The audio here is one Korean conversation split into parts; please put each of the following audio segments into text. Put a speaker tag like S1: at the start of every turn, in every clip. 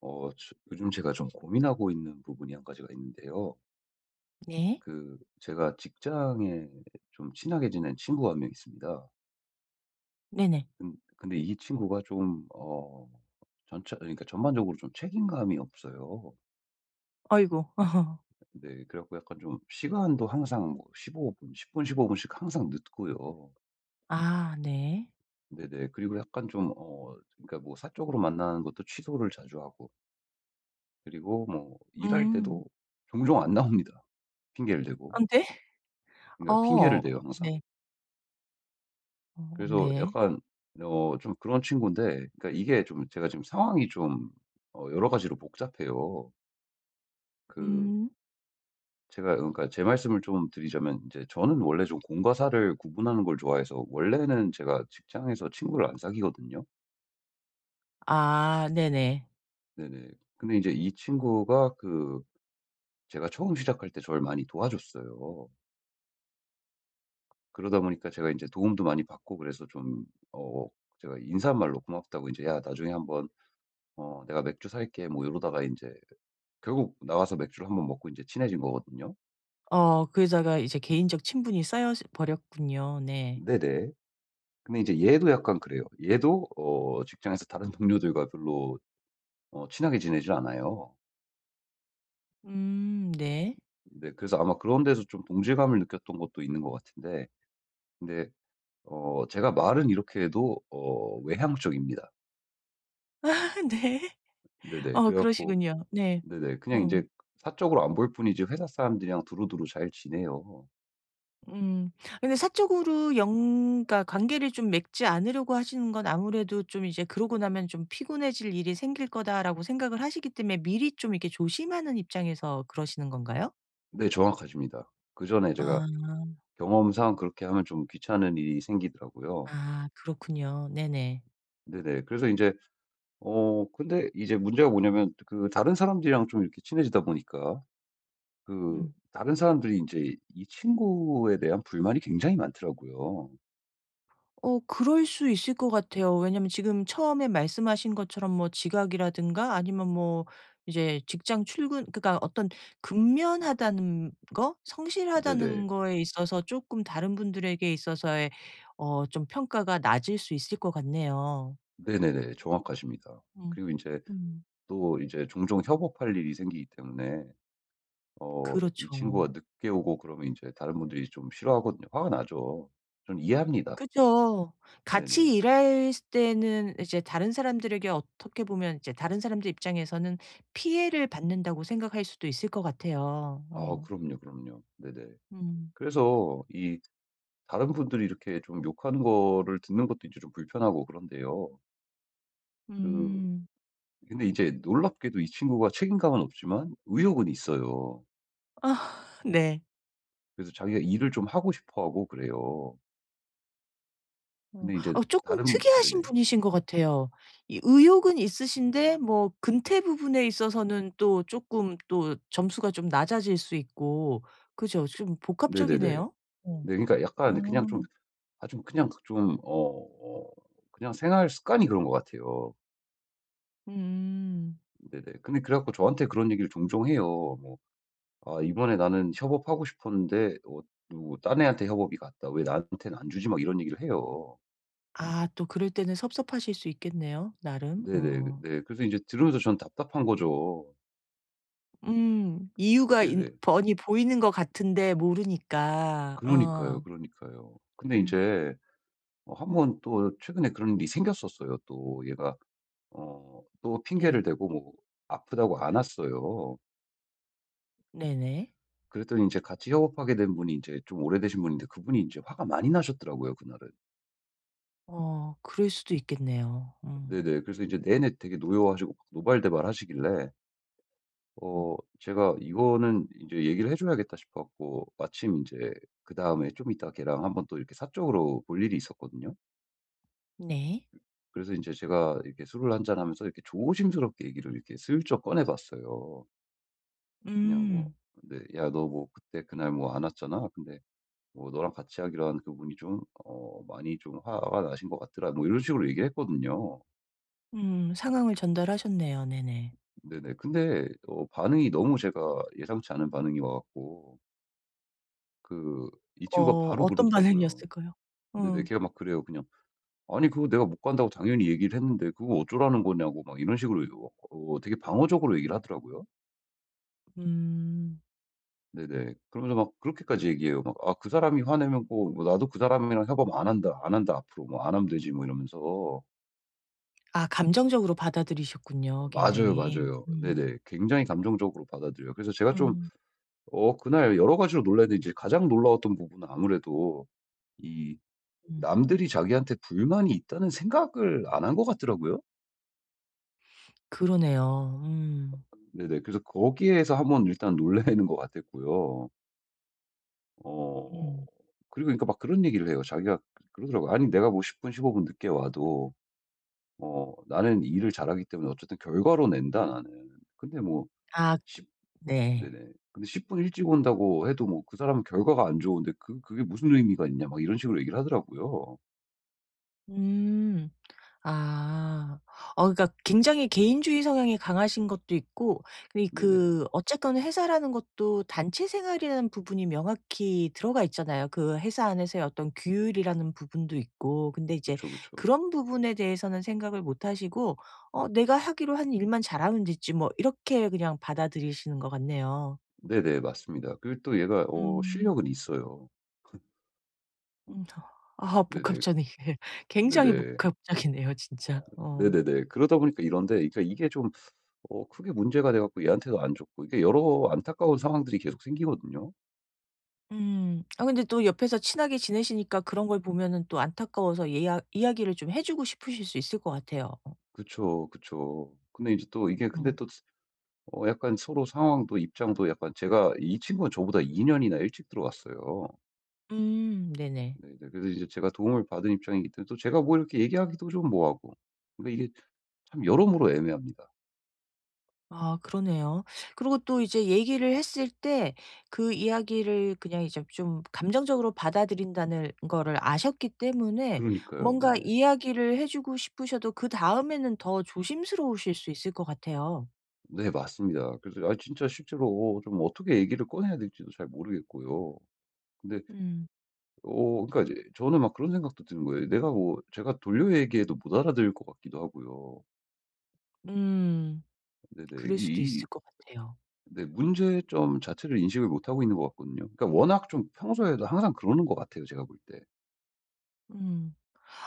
S1: 요즘 제가 좀 고민하고 있는 부분이 한 가지가 있는데요.
S2: 네.
S1: 그, 제가 직장에 좀 친하게 지낸 친구가 한 명 있습니다.
S2: 네네.
S1: 근데 이 친구가 좀, 전체, 그러니까 전반적으로 좀 책임감이 없어요.
S2: 아이고. 어허.
S1: 네, 그래갖고 약간 좀 시간도 항상 뭐 15분, 10분, 15분씩 항상 늦고요.
S2: 아 네.
S1: 네네. 그리고 약간 좀, 그러니까 뭐 사적으로 만나는 것도 취소를 자주 하고, 그리고 뭐 일할
S2: 음.
S1: 때도 종종 안 나옵니다. 핑계를 대고.
S2: 안 돼?
S1: 그러니까 핑계를
S2: 어.
S1: 대요, 항상.
S2: 네. 어
S1: 그래서
S2: 네.
S1: 약간 좀 그런 친구인데, 그러니까 이게 좀 제가 지금 상황이 좀 여러 가지로 복잡해요. 그,
S2: 음.
S1: 제가 그러니까 제 말씀을 좀 드리자면, 이제 저는 원래 좀 공과 사를 구분하는 걸 좋아해서 원래는 제가 직장에서 친구를 안 사귀거든요.
S2: 아 네네.
S1: 네네. 근데 이제 이 친구가 그, 제가 처음 시작할 때 저를 많이 도와줬어요. 그러다 보니까 제가 이제 도움도 많이 받고 그래서 좀 어 제가 인사말로 고맙다고 이제 "야 나중에 한번 내가 맥주 살게." 뭐 이러다가 이제 결국 나와서 맥주를 한번 먹고 이제 친해진 거거든요.
S2: 그 여자가 이제 개인적 친분이 쌓여 스 버렸군요. 네.
S1: 네네. 근데 이제 얘도 약간 그래요. 얘도 직장에서 다른 동료들과 별로 친하게 지내질 않아요.
S2: 네.
S1: 네, 그래서 아마 그런 데서 좀 동질감을 느꼈던 것도 있는 것 같은데, 근데 제가 말은 이렇게 해도 외향적입니다.
S2: 아, 네.
S1: 네네.
S2: 어
S1: 그래 갖고
S2: 그러시군요. 네.
S1: 네네 그냥 이제
S2: 어.
S1: 사적으로 안 볼 뿐이지 회사 사람들이랑 두루두루 잘 지내요.
S2: 음. 근데 사적으로 영 그러니까 관계를 좀 맺지 않으려고 하시는 건 아무래도 좀 이제 '그러고 나면 좀 피곤해질 일이 생길 거다.'라고 생각을 하시기 때문에 미리 좀 이렇게 조심하는 입장에서 그러시는 건가요?
S1: 네, 정확하십니다. 그전에 제가
S2: 아.
S1: 경험상 그렇게 하면 좀 귀찮은 일이 생기더라고요.
S2: 아 그렇군요. 네네.
S1: 네네. 그래서 이제 근데 이제 문제가 뭐냐면, 그 다른 사람들이랑 좀 이렇게 친해지다 보니까 그
S2: 음.
S1: 다른 사람들이 이제 이 친구에 대한 불만이 굉장히 많더라고요.
S2: 어 그럴 수 있을 것 같아요. 왜냐면 지금 처음에 말씀하신 것처럼 뭐 지각이라든가 아니면 뭐 이제 직장 출근 그러니까 어떤 근면하다는 거, 성실하다는
S1: 네네.
S2: 거에 있어서 조금 다른 분들에게 있어서의 좀 평가가 낮을 수 있을 것 같네요.
S1: 네네네. 정확하십니다.
S2: 음.
S1: 그리고 이제
S2: 음.
S1: 또 이제 종종 협업할 일이 생기기 때문에 이
S2: 그렇죠.
S1: 친구가 늦게 오고 그러면 이제 다른 분들이 좀 싫어하거든요. 화가 나죠. 저는 이해합니다.
S2: 그죠.
S1: 네네.
S2: 같이 일할 때는 이제 다른 사람들에게 어떻게 보면 이제 다른 사람들 입장에서는 피해를 받는다고 생각할 수도 있을 것 같아요.
S1: 아,
S2: 어.
S1: 그럼요, 그럼요. 네네.
S2: 음.
S1: 그래서 이 다른 분들이 이렇게 좀 욕하는 거를 듣는 것도 이제 좀 불편하고 그런데요. 그,
S2: 음.
S1: 근데 이제 놀랍게도 이 친구가 책임감은 없지만 의욕은 있어요.
S2: 아 네.
S1: 그래서 자기가 일을 좀 하고 싶어 하고 그래요.
S2: 어.
S1: 근데 이제
S2: 어 쪼끔
S1: 다른
S2: 특이하신
S1: 네네.
S2: 분이신 것 같아요. 이 의욕은 있으신데 뭐 근태 부분에 있어서는 또 쪼끔 또 점수가 좀 낮아질 수 있고 그죠? 좀
S1: 네네네.
S2: 복합적이네요. 어.
S1: 네, 그러니까
S2: 어.
S1: 약간 그냥 좀 아주 그냥 좀 어 그냥 생활 습관이 그런 것 같아요.
S2: 음.
S1: 네네. 근데 그래 갖고 저한테 그런 얘기를 종종 해요. 뭐 "아 이번에 나는 협업하고 싶었는데 누구 딴 애한테 협업이 갔다. 왜 나한테는 안 주지?" 막 이런 얘기를 해요.
S2: 아 또 그럴 때는 섭섭하실 수 있겠네요 나름.
S1: 네네.
S2: 어.
S1: 네. 그래서 이제 들으면서 저는 답답한 거죠.
S2: 음. 이유가 있
S1: 네네.
S2: 뻔히 보이는 것 같은데 모르니까.
S1: 그러니까요,
S2: 어.
S1: 그러니까요. 근데 이
S2: 음.
S1: 제어번또 최근에 그런 일이 생겼었어요 또. 얘가 어 또 핑계를
S2: 네.
S1: 대고 뭐 아프다고 안 왔어요.
S2: 네네.
S1: 그랬더니 이제 같이 협업하게 된 분이 이제 좀 오래되신 분인데, 그분이 이제 화가 많이 나셨더라고요 그날은.
S2: 어 그럴 수도 있겠네요. 음.
S1: 네네. 그래서 이제 내내 되게 노여워하시고 막 노발대발하시길래
S2: 음.
S1: 제가 이거는 이제 얘기를 해 줘야겠다 싶어 갖고 마침 이제 그다음에 좀 이따 걔랑 한번 또 이렇게 사적으로 볼 일이 있었거든요.
S2: 네.
S1: 그래서 이제 제가 이렇게 술을 한 잔하면서 이렇게 조심스럽게 얘기를 이렇게 슬쩍 꺼내 봤어요. 그냥 뭐
S2: 음.
S1: 근데 "야 너 뭐 그때 그날 뭐 안 왔잖아. 근데 뭐 너랑 같이 하기로 한 그분이 좀 많이 좀 화가 나신 것 같더라." 뭐 이런 식으로 얘기를 했거든요.
S2: 상황을 전달하셨네요. 네네.
S1: 네네. 근데 반응이 너무 제가 예상치 않은 반응이 와 갖고 그, 이 친구가
S2: 어
S1: 바로
S2: 어떤
S1: 그러더라고요.
S2: 반응이었을까요?
S1: 네네.
S2: 어.
S1: 걔가 막 그래요. 그냥 "아니 그거 내가 못 간다고 당연히 얘기를 했는데 그거 어쩌라는 거냐."고 막 이런 식으로 되게 방어적으로 얘기를 하더라고요.
S2: 음.
S1: 네네. 그러면서 막 그렇게까지 얘기해요. 막 "아 그 사람이 화내면 꼭 뭐 나도 그 사람이랑 협업 안 한다. 안 한다 앞으로. 뭐 안 하면 되지." 뭐 이러면서.
S2: 아 감정적으로 받아들이셨군요
S1: 맞아요,
S2: 굉장히.
S1: 맞아요.
S2: 음.
S1: 네네. 굉장히 감정적으로 받아들여요. 그래서 제가 좀
S2: 음.
S1: 그날 여러 가지로 놀랐는데 이제 가장 놀라웠던 부분은 아무래도 이
S2: 음.
S1: 남들이 자기한테 불만이 있다는 생각을 안 한 것 같더라고요.
S2: 그러네요. 음.
S1: 네네. 그래서 거기에서 한번 일단 놀라는 것 같았고요. 어
S2: 음.
S1: 그리고 그러니까 막 그런 얘기를 해요. 자기가 그러더라고요. "아니 내가 뭐 10분 15분 늦게 와도 나는 일을 잘하기 때문에 어쨌든 결과로 낸다 나는. 근데 뭐
S2: 아
S1: 10"
S2: 네.
S1: 네네. 근데 십 분 일찍 온다고 해도 뭐 그 사람은 결과가 안 좋은데 그, 그게 무슨 의미가 있냐 막 이런 식으로 얘기를 하더라고요.
S2: 음. 아. 어 그러니까 굉장히 개인주의 성향이 강하신 것도 있고 이
S1: 네네.
S2: 그 어쨌건 회사라는 것도 단체 생활이라는 부분이 명확히 들어가 있잖아요. 그 회사 안에서의 어떤 규율이라는 부분도 있고. 근데 이제
S1: 그쵸, 그쵸.
S2: 그런 부분에 대해서는 생각을 못 하시고 '어 내가 하기로 한 일만 잘하면 됐지 뭐.' 이렇게 그냥 받아들이시는 것 같네요.
S1: 네네. 맞습니다. 그리고 또 얘가
S2: 음.
S1: 실력은 있어요.
S2: 음. 아
S1: 네네.
S2: 복합적이에요. 굉장히
S1: 네네.
S2: 복합적이네요 진짜. 어.
S1: 네네네. 그러다 보니까 이런데 그러니까 이게 좀 크게 문제가 돼 갖고 얘한테도 안 좋고 이게 여러 안타까운 상황들이 계속 생기거든요.
S2: 음. 아 근데 또 옆에서 친하게 지내시니까 그런 걸 보면은 또 안타까워서 예야 이야기를 좀 해 주고 싶으실 수 있을 것 같아요.
S1: 그쵸, 그쵸. 근데 이제 또 이게 근데
S2: 어.
S1: 또 약간 서로 상황도 입장도 약간, 제가 이 친구는 저보다 2 년이나 일찍 들어갔어요.
S2: 네네.
S1: 네네. 그래서 이제 제가 도움을 받은 입장이기 때문에 또 제가 뭐 이렇게 얘기하기도 좀 뭐하고. 그러니까 이게 참 여러모로 애매합니다.
S2: 아 그러네요. 그리고 또 이제 얘기를 했을 때 그 이야기를 그냥 이제 좀 감정적으로 받아들인다는 거를 아셨기 때문에
S1: 그러니까요.
S2: 뭔가
S1: 네네.
S2: 이야기를 해 주고 싶으셔도 그다음에는 더 조심스러우실 수 있을 것 같아요.
S1: 네, 네, 맞습니다. 그래서 아, 진짜 실제로 좀 어떻게 얘기를 꺼내야 될지도 잘 모르겠고요. 근데
S2: 음.
S1: 그러니까 이제 저는 막 그런 생각도 드는 거예요. 내가 뭐 제가 돌려 얘기해도 못 알아들을 것 같기도 하고요.
S2: 음.
S1: 네네.
S2: 그럴 수도
S1: 이,
S2: 있을 것 같아요.
S1: 근데 문제점 자체를 인식을 못 하고 있는 것 같거든요. 그러니까 워낙 좀 평소에도 항상 그러는 것 같아요, 제가 볼 때.
S2: 음.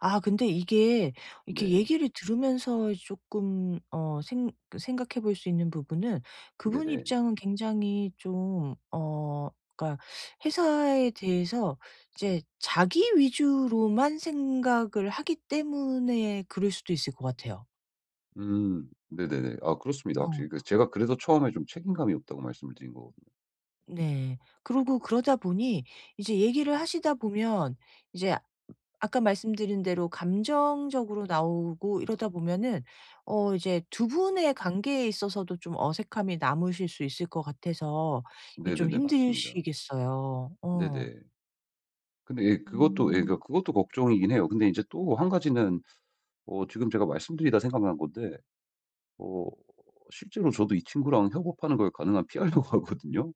S2: 아 근데 이게 이렇게
S1: 네.
S2: 얘기를 들으면서 조금 어생 그 생각해 볼 수 있는 부분은 그분
S1: 네네.
S2: 입장은 굉장히 좀 그러니까 회사에 대해서 이제 자기 위주로만 생각을 하기 때문에 그럴 수도 있을 것 같아요.
S1: 음. 네네네. 아, 그렇습니다.
S2: 어
S1: 확실히. 그, 제가 그래서 처음에 좀 책임감이 없다고 말씀을 드린 거거든요.
S2: 네. 그러고 그러다 보니 이제 얘기를 하시다 보면 이제 아까 말씀드린 대로 감정적으로 나오고 이러다 보면은 이제 두 분의 관계에 있어서도 좀 어색함이 남으실 수 있을 것 같아서 이게 좀
S1: 네네네. 맞습니다.
S2: 힘드시겠어요. 어.
S1: 네네. 근데 예, 그것도 예, 그러니까
S2: 음.
S1: 그것도 걱정이긴 해요. 근데 이제 또 한 가지는 지금 제가 말씀드리다 생각난 건데 어 실제로 저도 이 친구랑 협업하는 걸 가능한 피하려고 하거든요.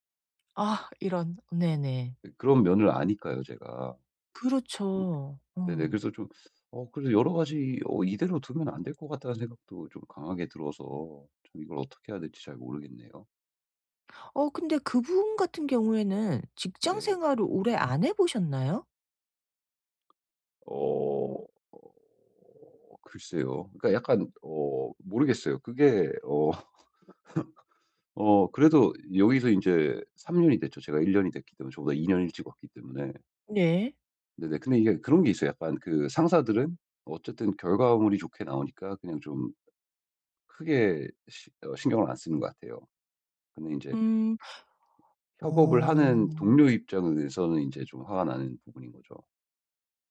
S2: 아 이런. 네네.
S1: 예, 그런 면을 아니까요, 제가.
S2: 그렇죠.
S1: 네네.
S2: 어.
S1: 그래서 좀 그래서 여러 가지 '이대로 두면 안 될 것 같다.'는 생각도 좀 강하게 들어서 좀 이걸 어떻게 해야 될지 잘 모르겠네요.
S2: 어 근데 그 분 같은 경우에는 직장
S1: 네.
S2: 생활을 오래 안 해 보셨나요?
S1: 어 글쎄요. 그러니까 약간 모르겠어요. 그게 그래도 여기서 이제3 년이 됐죠. 제가 1 년이 됐기 때문에, 저보다 2년 일찍 왔기 때문에.
S2: 네.
S1: 네네. 근데 이게 그런 게 있어요. 약간 그 상사들은 어쨌든 결과물이 좋게 나오니까 그냥 좀 크게 시 어 신경을 안 쓰는 것 같아요. 근데 이제
S2: 음.
S1: 협업을 하는
S2: 어.
S1: 동료 입장에서는 인제 좀 화가 나는 부분인 거죠.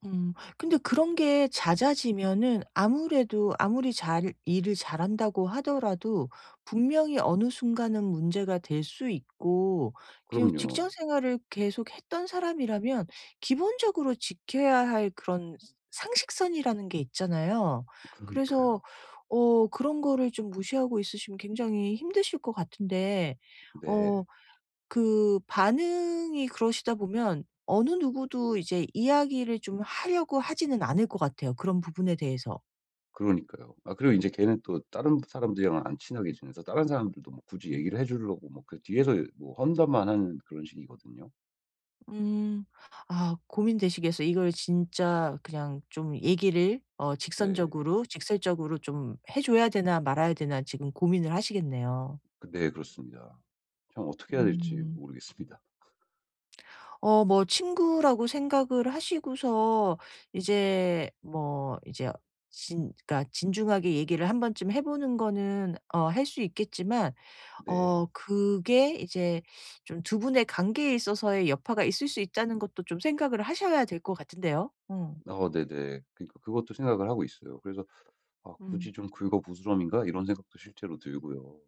S2: 음. 근데 그런 게 잦아지면은 아무래도 아무리 잘 일을 잘한다고 하더라도 분명히 어느 순간은 문제가 될 수 있고 그냥
S1: 그럼요.
S2: 직장 생활을 계속 했던 사람이라면 기본적으로 지켜야 할 그런 상식선이라는 게 있잖아요. 그래서
S1: 그러니까요.
S2: 그런 거를 좀 무시하고 있으시면 굉장히 힘드실 것 같은데 어
S1: 네.
S2: 그 반응이 그러시다 보면 어느 누구도 이제 이야기를 좀 하려고 하지는 않을 것 같아요, 그런 부분에 대해서.
S1: 그러니까요. 아, 그리고 인제 걔는 또 다른 사람들이랑은 안 친하게 지내서 다른 사람들도 뭐 굳이 얘기를 해 주려고 뭐 그 뒤에서 뭐 험담만 하는 그런 식이거든요.
S2: 음. 아 고민되시겠어요. 이걸 진짜 그냥 좀 얘기를
S1: 네.
S2: 직선적으로 직설적으로 좀 해 줘야 되나 말아야 되나 지금 고민을 하시겠네요.
S1: 그, 네, 그렇습니다. 참 어떻게 해야 될지
S2: 음.
S1: 모르겠습니다.
S2: 어 뭐 친구라고 생각을 하시고서 이제 뭐 이제 진 그러니까 진중하게 얘기를 한 번쯤 해 보는 거는 어 할 수 있겠지만
S1: 네.
S2: 그게 이제 좀 두 분의 관계에 있어서의 여파가 있을 수 있다는 것도 좀 생각을 하셔야 될 것 같은데요. 어.
S1: 네네. 그러니까 그것도 생각을 하고 있어요. 그래서 '아
S2: 음.
S1: 굳이 좀 긁어부스럼인가?' 이런 생각도 실제로 들고요.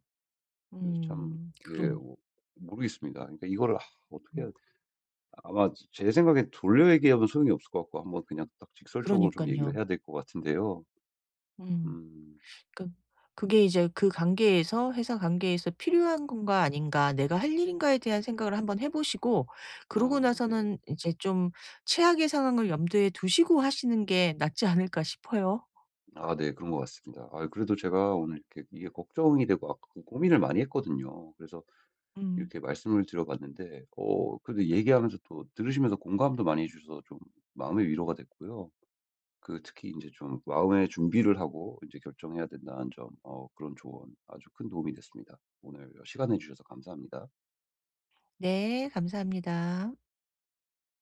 S1: 그래서 참
S2: 음.
S1: 예,
S2: 그런
S1: 뭐 모르겠습니다. 그러니까 이거를 아, 어떻게 해야,
S2: 뭐
S1: 아마 제 생각엔 돌려 얘기하면 소용이 없을 것 같고 한번 그냥 딱 직설적으로 좀 얘기를
S2: 그러니깐요.
S1: 해야 될 것 같은데요.
S2: 음.
S1: 음.
S2: 그러니까 그게 이제 '그 관계에서 회사 관계에서 필요한 건가 아닌가? 내가 할 일인가?'에 대한 생각을 한번 해 보시고 그러고
S1: 아, 네.
S2: 나서는 이제 좀 최악의 상황을 염두에 두시고 하시는 게 낫지 않을까 싶어요.
S1: 아, 네. 그런 것 같습니다. 아, 그래도 제가 오늘 이렇게 이게 걱정이 되고 아까 그 고민을 많이 했거든요. 그래서
S2: 음.
S1: 이렇게 말씀을 드려 봤는데 그래도 얘기하면서 또 들으시면서 공감도 많이 해 주셔서 좀 마음의 위로가 됐고요. 그, 특히 인제 좀 마음의 준비를 하고 인제 결정해야 된다는 점, 그런 조언 아주 큰 도움이 됐습니다. 오늘 시간 내 주셔서 감사합니다.
S2: 네. 감사합니다.